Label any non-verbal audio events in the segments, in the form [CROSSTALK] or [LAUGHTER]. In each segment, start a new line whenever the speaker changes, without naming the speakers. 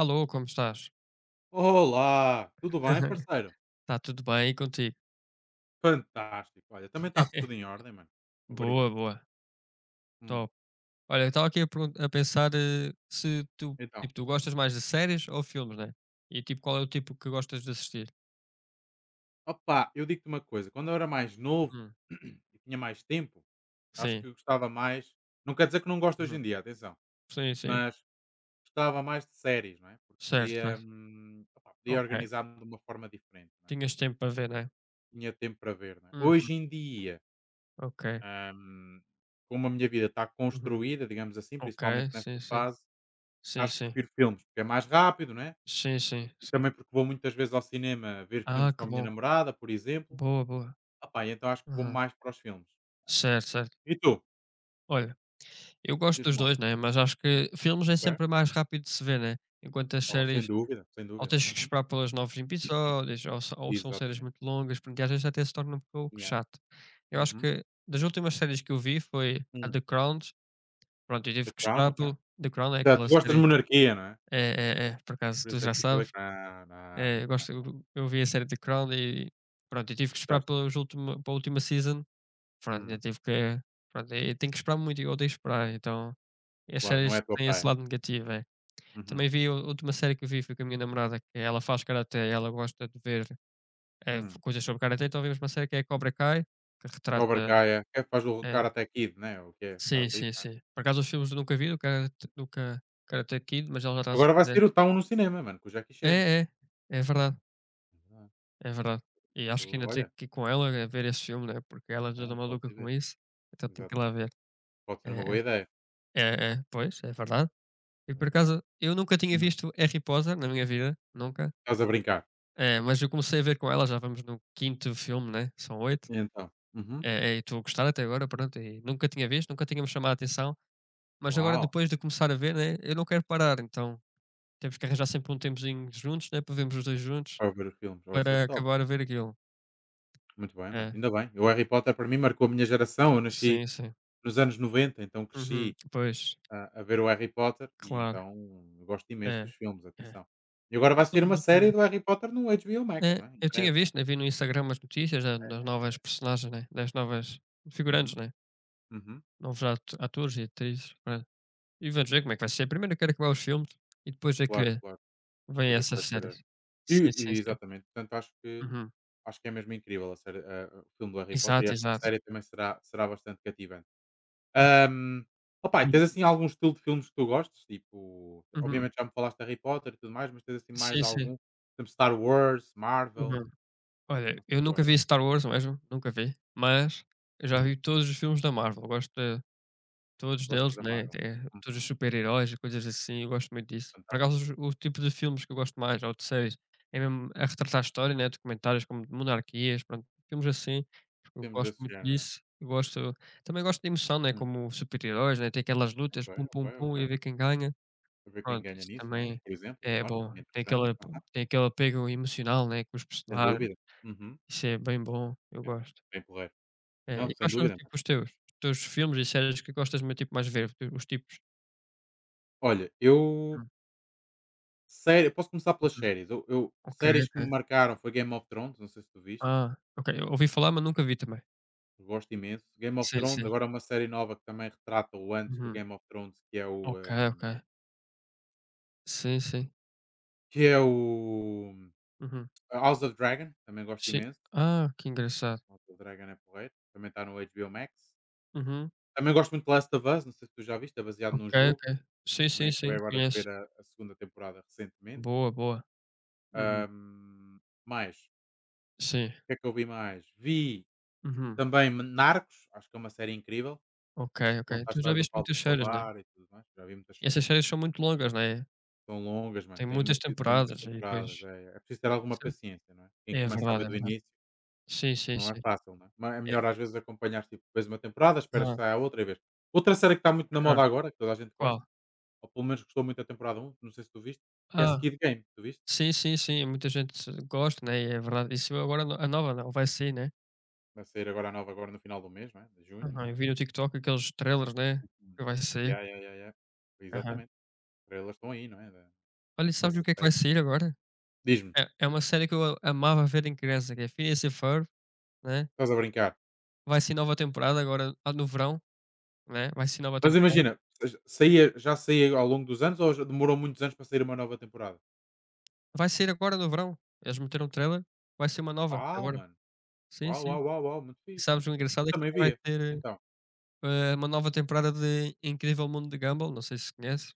Alô, como estás?
Olá, tudo bem,
[LAUGHS]
parceiro?
Está tudo bem contigo?
Fantástico. Olha, também está tudo
[LAUGHS]
em ordem, mano.
Boa,
Obrigado.
boa,
Hum.
top. Olha, eu estava aqui a pensar, se tu,
Então,
tipo, tu gostas mais de séries ou filmes, né? E tipo, qual é o tipo que gostas de assistir?
opá, eu digo-te uma coisa. Quando eu era mais novo
Hum,
[CLEARS THROAT] e tinha mais tempo, acho
sim,
que eu gostava mais. Não quer dizer que não gosto hoje
uhum,
em dia, atenção.
sim, sim,
Mas gostava mais de séries, não é? Porque
certo,
podia,
certo.
opá, podia
Ok.
organizar-me de uma forma diferente, não é?
Tinhas tempo para ver, né?
Tinha tempo para ver, não é?
Uhum,
Hoje em dia,
ok,
hum, como a minha vida está
uhum,
construída, digamos assim,
ok,
principalmente nesta
sim, sim,
fase,
sim,
acho que
sim,
prefiro filmes, porque é mais rápido, né?
sim, sim,
E
sim.
também porque vou muitas vezes ao cinema ver
Ah,
filmes com
que
a minha
bom,
namorada, por exemplo.
boa, boa.
E então acho que vou
Aham,
mais para os filmes. É.
certo, certo.
E tu?
Olha, eu gosto dos
Diz-me lá.
2, né, mas acho
Hum.
que filmes é
Ok.
sempre mais rápido de se ver, né, enquanto as
Oh, sem
séries,
dúvida, sem
ou
dúvida.
tens que
Uhum.
esperar pelos novos episódios, ou são séries
Exatamente.
muito longas, porque às vezes até se torna um pouco
Yeah.
chato. Eu acho
Uhum.
que das últimas séries que eu vi foi a
Hum.
The Crown. Pronto, eu tive
The
que
Crown,
esperar
ok.
pelo The Crown. É
Tá, tu
aquela
gostas de
série,
monarquia, não é?
é é é, por acaso
Por
tu
isso é
já
que viste o
sabes.
Crown. Ah,
Eu
muito bem.
gosto, eu vi a
Muito bem.
série The Crown e pronto, eu tive
Tu
que esperar
gostaste.
pelos última pela última season. Pronto, ainda
Hum.
tive que, pronto, eu tenho que esperar muito e eu odeio esperar, então, e as
Claro, não
séries
é a tua
têm esse
praia.
lado negativo, é.
Uhum.
Também vi, a última série que eu vi foi com a minha namorada, que ela faz karaté, ela gosta de ver,
Hum.
coisas sobre karaté, então vimos uma série que é Cobra Kai, que
Cobra
retrata,
Kai, é que faz o
é,
Karate Kid, né? O que é?
sim,
Karate Kid,
sim,
né?
sim. Por acaso os filmes eu nunca vi do karate do ka Karate Kid, mas ela já está
Agora
a
vai
dizer,
ser o Town no cinema, mano, com o Jackie Chan.
é, é, é verdade,
É verdade.
é verdade. E
Tu,
acho que ainda tenho
olha,
que ir com ela a ver esse filme, né, porque ela já
é,
está maluca
podes
com
ver,
isso, então tenho que ir lá
exatamente.
ver.
Pode ser
É,
uma boa ideia.
é, é, é, pois, é verdade. E
É
por
verdade.
acaso eu nunca tinha
Uhum.
visto Harry Potter na minha vida, nunca.
Estás a brincar?
É, mas eu comecei a ver com ela, já vamos no quinto filme, né? São oito.
E então? Uhum.
É, é, e estou a gostar até agora, pronto. E nunca tinha visto, nunca tinha me chamado a atenção. Mas agora,
Uau!
depois de começar a ver, né? Eu não quero parar, então temos que arranjar sempre um tempozinho juntos, né? Para vermos os dois juntos,
Para ver o filme. Vai ser
para
top.
acabar a ver aquilo.
Muito bem, mano.
É,
Ainda bem. O Harry Potter para mim marcou a minha geração. Eu nasci
sim, sim.
nos anos 90, então cresci
Uhum, pois,
a ver o Harry Potter e
claro.
então eu gosto imenso dos
É,
filmes,
é.
atenção. E agora
Eu
vai ser
sou
uma
muito
série
bom.
do Harry Potter no HBO Max,
É,
não é? Em
eu tinha
breve, não é?
visto, né? Vi no Instagram as notícias das novas
É,
personagens, né? Das novas figurantes,
uhum,
né?
uhum.
Novos atores e atrizes, né. E vamos ver como é que vai ser. Primeiro eu quero acabar os filmes e depois é
Claro,
que
claro.
vêm
Coisa que
essas
vai ser.
séries.
E,
Sim, sim,
e
sim.
exatamente. Portanto, acho que
Uhum.
Acho que é mesmo incrível a série, a o filme do Harry Potter e
Exato,
acho que a
exato.
série também será bastante cativante.
Hum,
Ahm, opá, e tens
diz.
assim algum estilo de filmes que tu gostes? Tipo,
Uhum.
obviamente já me falaste de Harry Potter e tudo mais, mas tens assim mais
Sim, sim.
algum? Tipo Star Wars, Marvel,
Uhum. Olha,
não sei
eu
se
nunca
gostas.
vi Star Wars mesmo, nunca vi, mas eu já vi
Hum,
todos os filmes da Marvel. Gosto de todos
gostas
deles,
da
né,
Marvel.
é todos
Uhum,
os super-heróis e coisas assim, eu gosto muito disso. Por acaso
fantástico.
os o tipo de filmes que eu gosto mais, ou de séries, é mesmo a retratar a história, né, documentários como de monarquias, pronto, filmes assim, eu
Filmes
gosto
desse
muito
género, né?
disso. Eu gosto, também gosto de emoção, né,
Hum,
como super-heróis, né, tem aquelas
ok,
lutas, pum,
ok,
pum, pum, e
ok.
ver quem ganha.
Para ver quem
Pronto,
ganha
isso
nisso, não é?
também
Por exemplo,
é
claro,
bom.
também é
Tem
interessante.
aquele
Aham,
tem aquele apego emocional, né, com os
sem
personagens,
dúvida. Uhum,
isso é bem bom, eu gosto.
bem porreiro.
É,
Não,
e
sem
quais são,
dúvida.
tipo, os teus? Os teus filmes e séries que gostas mais tipo, mais ver, os teus, os tipos?
Olha, eu sério, posso começar pelas
Uhum.
séries. Eu
Ok,
séries que me
ok.
marcaram foi Game of Thrones, não sei se tu viste,
Ah, ok. Eu ouvi falar, mas nunca vi também.
eu gosto imenso. Game of
Sim,
Thrones,
sim.
agora é uma série nova que também retrata o antes do
Uhum.
Game of Thrones, que é o,
Ok,
hum,
ok. Sim, sim.
que é o
Uhum.
House of Dragon, também gosto
Sim.
imenso.
Ah, que engraçado.
House of Dragon é porreiro, também está no HBO Max.
Uhum.
Também gosto muito de Last of Us, não sei se tu já viste, é baseado
Ok,
num jogo.
ok. Sim,
Também
sim, sim.
acabei agora de
Conheço.
ver a segunda temporada recentemente.
Boa, boa. Uhum.
Hum, mais,
Sim.
o que é que eu vi mais? Vi
Uhum.
também Narcos, acho que é uma série incrível.
Ok, ok.
Conta a
Tu já
história do
viste
Pablo
muitas séries, né?
Escobar e tudo mais. Já vi muitas
E
séries.
essas séries são muito longas, né?
São longas, mano.
Tem
Tem,
muitas
muito, tem muitas
temporadas e
temporadas.
depois.
É, é preciso ter
É
alguma
isso,
paciência, não é? Quem
é
começa a
verdade,
ver
é
do
verdade.
início,
Sim, sim,
não é
sim.
fácil, não é? Mas é
É.
melhor às vezes acompanhar, tipo, vês uma temporada, esperas que
Ah.
saia a outra e vez. Outra série que está muito na
Aham.
moda agora, que toda a gente
Qual?
gosta, ou pelo menos gostou muito da temporada um, não sei se tu viste, que é
Ah.
Skid Game, tu viste?
Sim, sim, sim, muita gente gosta, né, e é verdade. Isso agora a nova, né, vai sair, né.
Vai sair agora a nova, agora no final do mês, não é? De junho, não
Aham, eu
é?
vi no TikTok aqueles trailers, né,
Hum.
que vai sair.
Yeah, yeah, yeah, yeah.
Aham.
Exatamente. As estrelas estão aí, não é? Da-
Olha, sabes o
dessa
que é que
série.
vai sair agora?
Diz-me,
É é uma série que eu amava ver em criança, que é Phineas e Ferb, né.
estás a brincar?
Vai ser nova temporada agora, a no verão, né, vai ser nova
Mas
temporada.
imagina, saía já saía ao longo dos anos, ou já demorou muitos anos para sair uma nova temporada?
Vai ser agora no verão, eles meteram o trailer, vai ser uma nova
Uau,
agora.
mano!
Sim,
Uau,
sim.
uau, uau, uau, muito
E
fixe,
sabes,
mano.
o
Eu
engraçado é que
também
também vai
via.
ter,
Então,
uma nova temporada de Incrível Mundo de Gumball, não sei se conhece.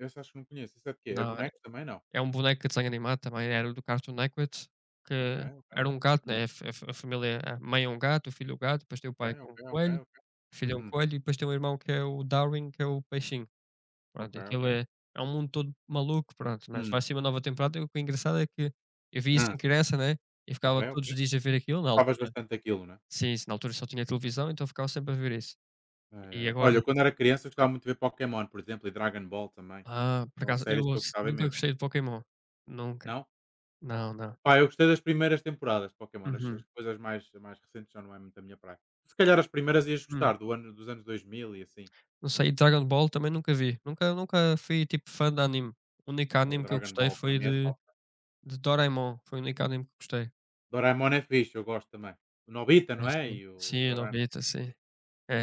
esse acho que não conheço. Isso é de quê? É
Não.
bonecos também? Não.
É um boneco de desenho animado também, era do Cartoon Network, que
Ok, ok.
era um gato, né,
Hum,
a família, a mãe é um gato, o filho é um gato, depois tem o pai
ok,
que é
ok,
um
ok,
coelho,
ok.
o filho é um
Uhum.
coelho e depois tem um irmão que é o Darwin, que é o peixinho.
Ok,
Pronto, aquilo
ok.
é, é um mundo todo maluco, pronto, mas vai
Hum.
ser uma nova temporada e o que é engraçado é que eu vi isso
Hã.
em criança, né, e
Ok,
ficava
ok.
todos os dias a ver aquilo na
Gostavas
altura.
bastante daquilo, né?
Sim, sim, na altura só tinha televisão, então ficava sempre a ver isso. E
Eh,
agora,
olha, eu quando era criança eu gostava muito de ver Pokémon, por exemplo, e Dragon Ball também.
ah, por
Eram
acaso eu
séries que eu
ouço
gostava
nunca
imenso.
gostei de Pokémon. Nunca.
Não?
Não, não.
Pá, eu gostei das primeiras temporadas de Pokémon, as
Uhum.
coisas mais recentes já não é muito a minha praia. Se calhar as primeiras ias
Hum.
gostar do ano dos anos 2000 e assim,
Não sei, e Dragon Ball também nunca vi. Nunca fui tipo fã de anime. O único
o
anime que eu
Dragon
gostei
Ball para
foi
mim é
de
top.
de Doraemon, foi o único anime que eu gostei.
Doraemon é fixe, eu gosto também. O Nobita,
É,
não é? E
sim.
o
Sim,
Doraemon.
Nobita, sim.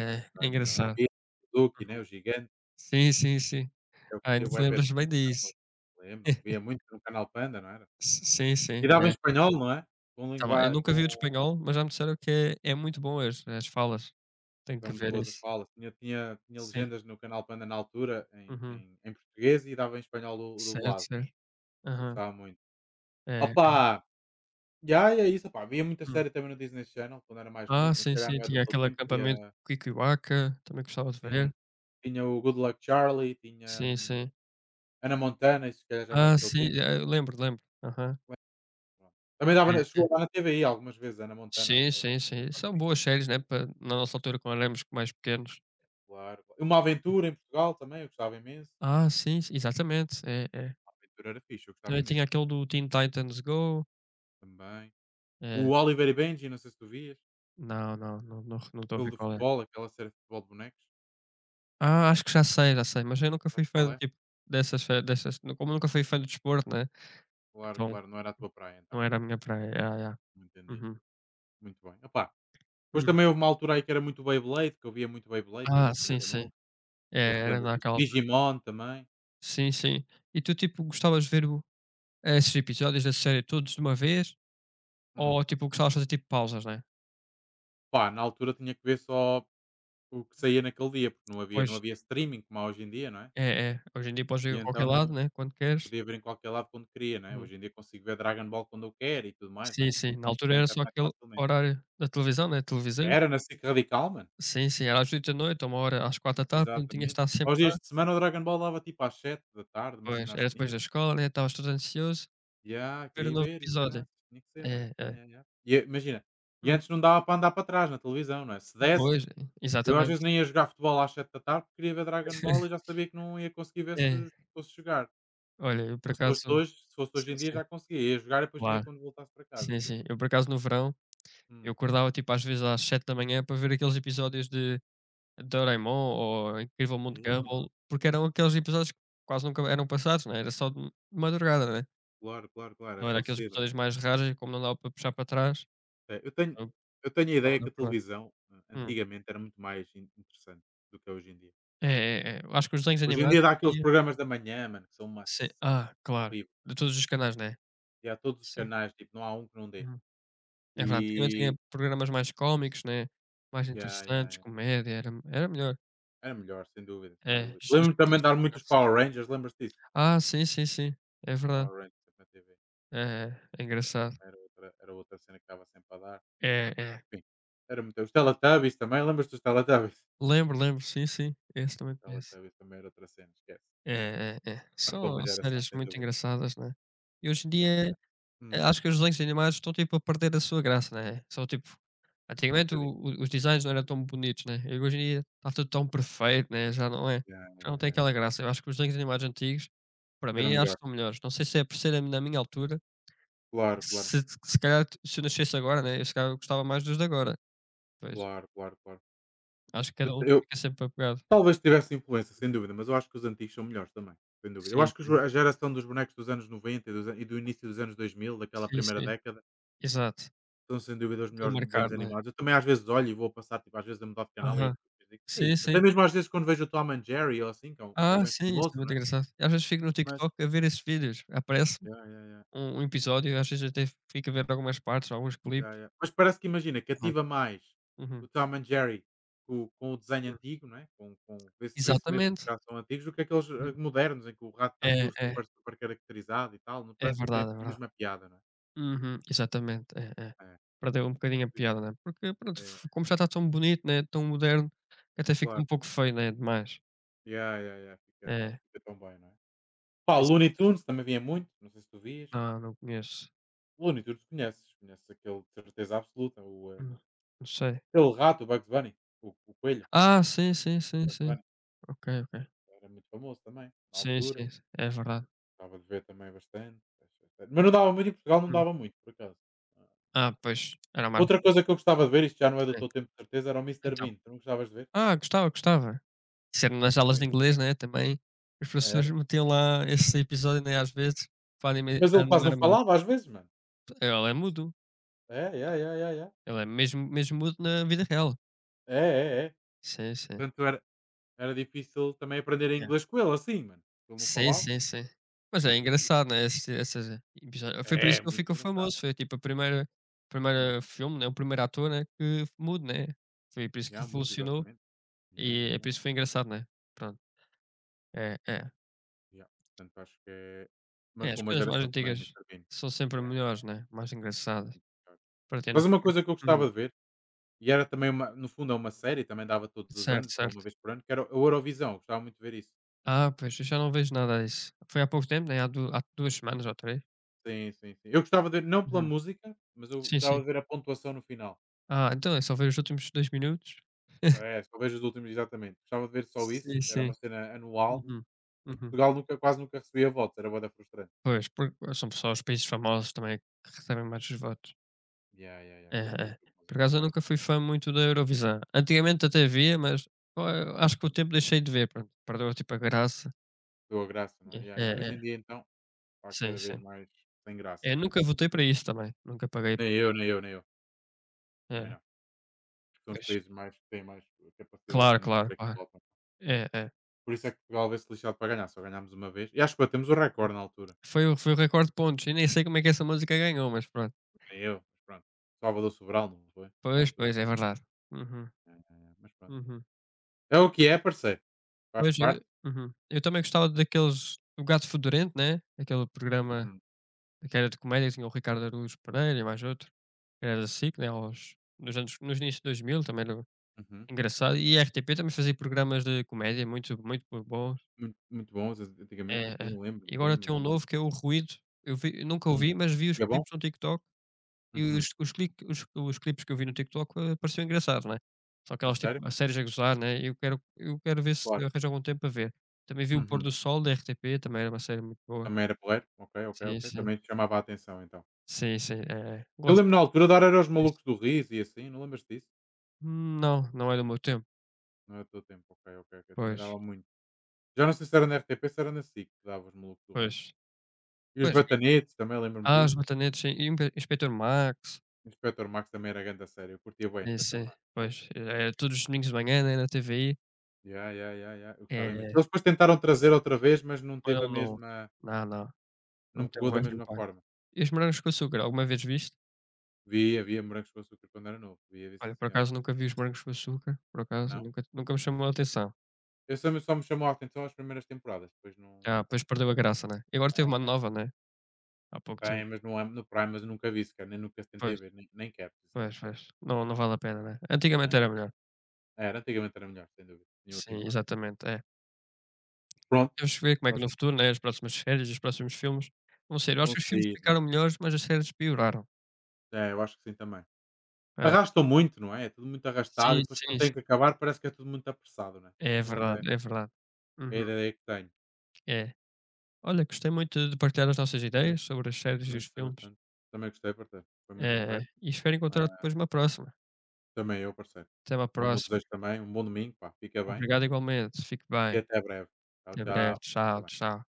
Já, o
é
Doraemon, o
engraçado.
Nobita, o Duque, né,
Uhum.
o gigante,
Sim, sim, sim.
eu
Ah,
curtia
ainda te
bué ver,
lembras bem disso.
lembro, via
[LAUGHS]
muito no Canal Panda, não era?
S sim,
E
sim,
dava em
é.
espanhol, não é? Com
Tá bem, eu
lingua
nunca
com
vi o de espanhol, mas já me disseram que é é muito bom as as falas. Tenho
são
que
muito
ver
boas as
isso.
falas. Tinha
Sim.
legendas no Canal Panda na altura em
Uhum.
em em português e dava em espanhol o
Certo,
dublado,
certo.
eu
Aham.
gostava muito.
É, é.
Opa! Já, é isso, opá. Via muita
Hum.
série também no Disney Channel, quando era mais
Ah,
novo, mas se
sim,
calhar
sim,
não é do
tinha
todo
aquele
tempo.
acampamento
Via,
Quiquihuaca, também gostava de
sim,
ver.
tinha o Good Luck Charlie, tinha,
Sim, sim.
Hannah Montana, isso se calhar já não é do
Ah,
teu
sim,
tempo.
eu lembro, lembro. Aham.
Pronto. Também dava
É,
na,
é.
chegou a dar na TVI algumas vezes, Hannah Montana,
Sim, sim,
em
sim. São boas séries, né, pa na nossa altura quando éramos mais pequenos.
particular. Uma Aventura em Portugal também, eu gostava imenso.
Ah, sim, sim, exatamente. É, é.
Uma Aventura era fixe, eu gostava
Também tinha
imenso,
aquele do Teen Titans Go.
também.
É.
O Oliver e Benji, não sei se tu vias,
Não, não, não, não, não estou a ver
aquele de
qual é.
futebol, aquela série de futebol de bonecos.
Ah, acho que já sei, mas eu nunca
Sabes
fui
qual
fã,
é?
tipo, dessas, como nunca fui fã do desporto, né,
Claro,
então
claro, não era a tua praia, então.
não era a minha praia. Yeah, yeah.
Entendi,
Uhum.
muito bem. Opá, depois
Hum.
também houve uma altura aí que era muito Beyblade, que eu via muito Beyblade
Ah,
também quando
sim,
era
sim.
novo, não
É,
sei se te
era
lembras disso.
naquela altura.
Digimon também.
Sim, sim. E tu, tipo, gostavas de ver o esses episódios da série todos de uma vez?
Hum.
Ou tipo, gostavas de fazer tipo pausas, né?
Pá, na altura tinha que ver só o que saía naquele dia, porque não havia
Pois,
não havia streaming como há hoje em dia, não é?
é, é. Hoje em dia podes
E
ir a
então
qualquer lado,
não
né, quando queres.
podia ver em qualquer lado quando queria, não é?
Uhum.
Hoje em dia consigo ver Dragon Ball quando eu quero e tudo mais, não é?
Sim, sim. Na
Encontro
altura
na
era só
internet
aquele
facilmente.
horário da televisão, né, televisão.
Era na SIC Radical, mano.
Sim, sim. Era às 20h da noite, ou uma hora às 16h, pronto, tinhas de
Exatamente.
estar sempre
Aos
lá.
dias de semana o Dragon Ball dava tipo às 7 da tarde, uma
Pois,
cena
era
assim.
depois da escola, né, estavas todo ansioso para
Ya,
ver o
queria
novo
ver, e
episódio.
caraças, tinha que ser, mano.
É,
Ya,
é.
ya, ya. E eu, imagina, e
Hum.
antes não dava para andar para trás na televisão, não é? Se desse,
Pois,
eu às vezes
exatamente.
nem ia jogar futebol às 7 da tarde, porque queria ver Dragon Ball e já
[LAUGHS]
sabia que não ia conseguir ver se,
É.
se fosse jogar.
Olha, eu por
Mas se fosse
acaso,
hoje, se fosse hoje
sim,
em dia
sim.
já conseguia. Ia jogar e depois via
Claro.
quando voltasse para casa,
Sim,
por
sim.
exemplo.
Eu por acaso no verão, eu
Hum.
acordava tipo às vezes às sete da manhã para ver aqueles episódios de Doraemon ou Incrível Mundo de Uhum.
É lá.
Gumball, porque eram aqueles episódios que quase nunca eram passados, né, era só de madrugada, né.
Claro, claro, claro, é
Então era Uhum.
só
aqueles
cedo, não é?
episódios mais rasos e como não dava para puxar para trás,
É, eu tenho,
eu
eu tenho a
gostava
ideia
de
que a
acordar.
televisão
Hum.
antigamente era muito mais in- interessante do que é hoje em dia.
É, é, é, é. Eu acho que os desenhos
Hoje em
animados
dia dá
hoje em
aqueles
dia,
programas da manhã, mano, que são uma
sim.
seca,
Ah, claro.
horrível.
De todos os canais, né.
E há todos os
Sim.
canais, tipo, não há um que não dê.
Uhum. É verdade. Antigamente tinha
E
programas mais cómicos, né, mais
yeah, yeah,
interessantes,
yeah.
comédia, era melhor.
Era melhor, sem dúvida, sem
É,
dúvida.
já já
Lembro-me
perdeu
também de dar
essa
muitos
graça.
Power Rangers, lembras-te disso?
Ah, sim, sim, sim. É verdade.
Power Rangers na TV.
É, é. É
Yeah.
engraçado.
Era outra, era outra cena que estava sempre a dar.
É, é.
Enfim, era muito. Os Teletubbies também, lembras-te dos Teletubbies?
Lembro, lembro. Sim, sim. Esse também
[LAUGHS]
conheço.
Teletubbies também era outra cena, esquece.
É, é, é.
Marcou uma
São
geração,
séries
sem
muito
dúvida.
engraçadas, né. E hoje em
É.
dia,
Hum,
acho que os desenhos animados estão, tipo, a perder a sua graça, né. São, tipo,
um
antigamente o
bocadinho.
o os designs não eram tão bonitos, né, e hoje em dia está tudo tão perfeito, né, já não é,
Yeah, yeah,
já não tem aquela
yeah.
graça. Eu acho que os desenhos animados antigos, para
Era
mim, acho
melhor.
que são melhores. Não sei se é por ser na minha altura,
Claro, claro,
se se calhar se eu nascesse agora, né, eu se calhar eu gostava mais dos de agora. Pois,
claro, claro, claro.
acho que cada um
Eu,
fica sempre apegado.
Talvez tivesse influência, sem dúvida, mas eu acho que os antigos são melhores também, sem dúvida. Eu
Sim,
acho que os
sim.
a geração dos bonecos dos anos 90 e dos an e do início dos anos 2000, daquela
Sim,
primeira
sim.
década,
Exato.
são sem dúvida os
Ficou
melhores desenhos
marcado, né?
animados. Eu também às vezes olho e vou passar, tipo, às vezes a mudar de canal e
Aham.
depois digo: o "Que é
Sim,
isto?". Até
sim.
mesmo às vezes quando vejo o Tom and Jerry ou assim, que é um que é
Ah,
bem
sim, isso
famoso,
é
não
muito
é?
engraçado. Às vezes fico no
Mas,
TikTok a ver esses vídeos. Aparece
ya, ya, ya.
um episódio e às vezes até fico a ver algumas partes, alguns
Ya,
clipes.
ya. Mas parece que, imagina,
Aham.
cativa mais
Uhum.
o Tom and Jerry com o desenho
Hum.
antigo, não é? Vê-se mesmo que
Exatamente.
já são antigos, do que aqueles
Hum.
modernos, em que o rato está
É,
tudo
é.
super, super caracterizado e tal. Não,
É
parece que não tem a
verdade, é verdade.
mesma piada, não é?
Uhum. Exatamente. É, é.
É,
Perdeu um
portanto, é,
bocadinho a
muito isso.
piada, né? Porque pronto,
É,
f como já está tão bonito, né, tão moderno, que até fica
claro.
um pouco feio, né, demais.
Ya, ya, ya, fica, não
É.
fica tão bem, não é? Pá, o
Exato.
Looney Tunes também vinha muito, não sei se tu vias.
Não, não conheço.
O Looney Tunes conheces, conheces aquele de certeza absoluta, o,
Hum. Não sei.
aquele rato, o Bugs Bunny, o coelho,
Ah, sim, sim,
o
sim,
Bugs
sim.
Bunny.
Ok, ok.
Era muito famoso também, na
Sim,
altura.
sim, sim, é verdade.
Gostava de ver também bastante. Mas não dava muito, em Portugal não
Hum.
dava muito, por acaso. Ah.
Ah, pois, era mais
Outra
rápido.
coisa que eu gostava de ver, isto já não é do
Sim,
teu tempo de certeza, era o Mister
então.
Bean. Tu não gostavas de ver?
Ah, gostava, gostava. Isso era
O
nas
Mister
aulas
Bean
de inglês, né, também, os
era.
professores
era.
metiam lá esse episódio, né, às vezes, para anime
Mas ele quase
animar
não
a malta.
falava às vezes, mano.
Ele é mudo,
É, é, é, é, é.
ele é mesmo mesmo mudo na vida real.
É, é, é.
Sim, sim.
Portanto, era difícil também aprender
Yeah.
inglês com ele, assim, mano. Se ele não
Sim,
falava,
sim, sim. Mas é
era difícil.
engraçado, né, esse essas episódio foi por
É,
isso
é
que ele
muito
ficou
engraçado.
famoso, foi tipo a primeira
Hum.
filme, né, o primeiro ator, né, que mudo, né, foi por isso que
Já muda,
funcionou
exatamente. Yeah,
e
yeah,
é
yeah,
por isso que foi engraçado, né, pronto. É, é.
yeah. Portanto,
É,
marcou
as
uma
coisas mais
geração também o
antigas
Mr. Bean.
são sempre
Yeah, yeah.
melhores, né, mais engraçadas. Para ter não
Mas
sei
uma coisa que eu
como é
gostava de ver, e era também uma, no fundo é uma série, também dava todos os
certo,
anos, só uma
certo.
vez por ano, que era o Eurovisão. Eu gostava muito de ver isso.
Ah, pois, eu já não vejo nada disso. Foi há pouco tempo, né, há 2 semanas ou 3.
Sim, sim, sim. Eu gostava de ver não pela
Uhum.
música, mas eu
Sim,
gostava
sim.
de ver a pontuação no final.
Ah, então é só ver os últimos 2 minutos.
É, só vejo os últimos, exatamente. Gostava de ver só isso,
Sim,
era uma
sim.
cena anual,
Uhum,
mas
uhum.
Portugal nunca, quase nunca recebia votos, era boa da frustrante.
Pois, porque são só os países famosos também que recebem mais os votos.
Yeah, yeah, yeah,
É.
sou
É.
espécie.
Por acaso eu nunca fui fã muito da Eurovisão. Antigamente até via, mas, acho que com o tempo deixei de ver, pronto, perdeu, tipo, a graça.
Deu a graça, não
É,
é? Yeah,
é,
yeah. Hoje
é.
em dia, então, está
Sim,
cada vez
sim.
mais sem graça,
É,
não é?
nunca votei
Infelizmente.
para isso também, nunca paguei,
Nem eu, nem eu, nem eu, também
é,
não. São os
pois.
países mais que têm mais capacidade
Claro, claro,
financeira que
claro.
votam.
É, é.
Por isso é que Portugal vê-se lixado para ganhar, só ganhámos uma vez. E acho que batemos o recorde na altura.
Foi o recorde de pontos. E nem sei como é que essa música ganhou, mas pronto.
Bem eu, mas pronto. Salvador Sobral, não foi? Na
Pois,
altura.
pois, é verdade. Uhum,
É, é, é, mas pronto.
uhum.
É o que é, parceiro. Faz
Pois, eu
parte.
uhum. Eu também gostava daqueles O Gato Fedorento, né, aquele programa
Hum,
que era de comédia, tinha o Ricardo Araújo Pereira e mais outro, era da SIC, né, aos nos anos nos inícios de 2000 também era
uhum.
engraçado, e a RTP também fazia programas de comédia muito muito bons.
Muito, muito bom, antigamente,
É, é.
sim, lembro-me,
E agora
lembro
tem um
lembro
novo que é o Ruído. Eu vi nunca
Hum.
ouvi, mas vi os
E é bom?
clipes no TikTok e
Uhum.
os clique os clipes que eu vi no TikTok, pareceu engraçado, né. São
A
aquelas, tipo,
sério?
a séries a gozar, né, eu quero ver se
Claro.
arranjo algum tempo para ver. Também vi o Pôr
Uhum.
do Sol da RTP, também era uma série muito boa.
Também era porreiro? Ok, ok,
Sim,
ok.
sim.
Também te chamava a atenção, então.
Sim, sim, é, é.
Eu
Gosto
lembro na altura dar era aos
disso.
malucos do Riz e assim, não lembras disso?
Não, não é do meu tempo.
Não é o teu tempo, ok, ok, ok. Também
Pois,
dava muito. Já não sei se era na RTP, se era na SIC que dava os malucos do Riz.
pois.
E os
Pois,
Batanetes também lembro-me
As
disso.
Matanetas, sim, e o Impe Inspetor Max.
O Inspector Max também era grande a série, eu curtia bem o
Sim,
Inspector
sim.
Max. É, era
Pois,
muito
era
fixe.
todos os domingos de manhã, né, na TVI.
Ya, ya, ya, ya, eu gostava imenso. Eles
É.
depois tentaram trazer outra vez, mas não
Olha,
teve a
não.
mesma.
Não, não,
Não
não teve o
pegou da
mesmo
mesma
impacto.
forma.
E os Morangos com Açúcar, alguma vez viste?
Via, via Morangos com Açúcar quando era novo, via, via sim
Olha, por
senhor.
acaso nunca vi os Morangos com Açúcar, por acaso, e
Não?
nunca nunca me chamou a atenção.
Eu só me chamou a atenção as primeiras temporadas, depois não,
Ah,
também
pois
não
perdeu a graça, né. E agora teve uma
é,
nova, né, há pouco
tem,
tempo.
mas não é no Prime, mas eu nunca vi sequer, nem nunca tentei
Pois,
ver, nem quero
pois,
sinceramente.
pois. Não vale a pena, né.
Não.
Antigamente era melhor.
Era, antigamente era melhor, sem dúvida, tinha outro
Sim,
impacto.
exatamente, é.
Pronto,
Temos que ver como é que
acho
no
que
futuro, né, as próximas séries, os próximos filmes vão ser. Eu acho
vão
que os filmes
sair, não
ficaram
é?
melhores, mas as séries pioraram.
É, eu acho que sim também.
É.
Arrastam muito, não é? É tudo muito arrastado e
Sim,
depois quando
sim,
tem
sim.
que acabar parece que é tudo muito apressado, não é?
É
Pelo menos,
verdade,
é
é verdade.
é a
Uhum.
ideia que tenho.
É. Olha, gostei muito de partilhar as nossas
Também,
ideias sobre as séries e
também
os
gostei
filmes,
bastante. Também gostei, portanto, foi muito correto.
e espero encontrar
Eh,
depois uma próxima.
também eu, parceiro.
Até uma
É um bom
próxima.
desejo também. Um bom domingo, pá. Fica bem
Obrigado igualmente. Fique
e
bem.
até breve. Tchau,
Até
tchau.
breve.
Fica
Tchau,
bem.
tchau.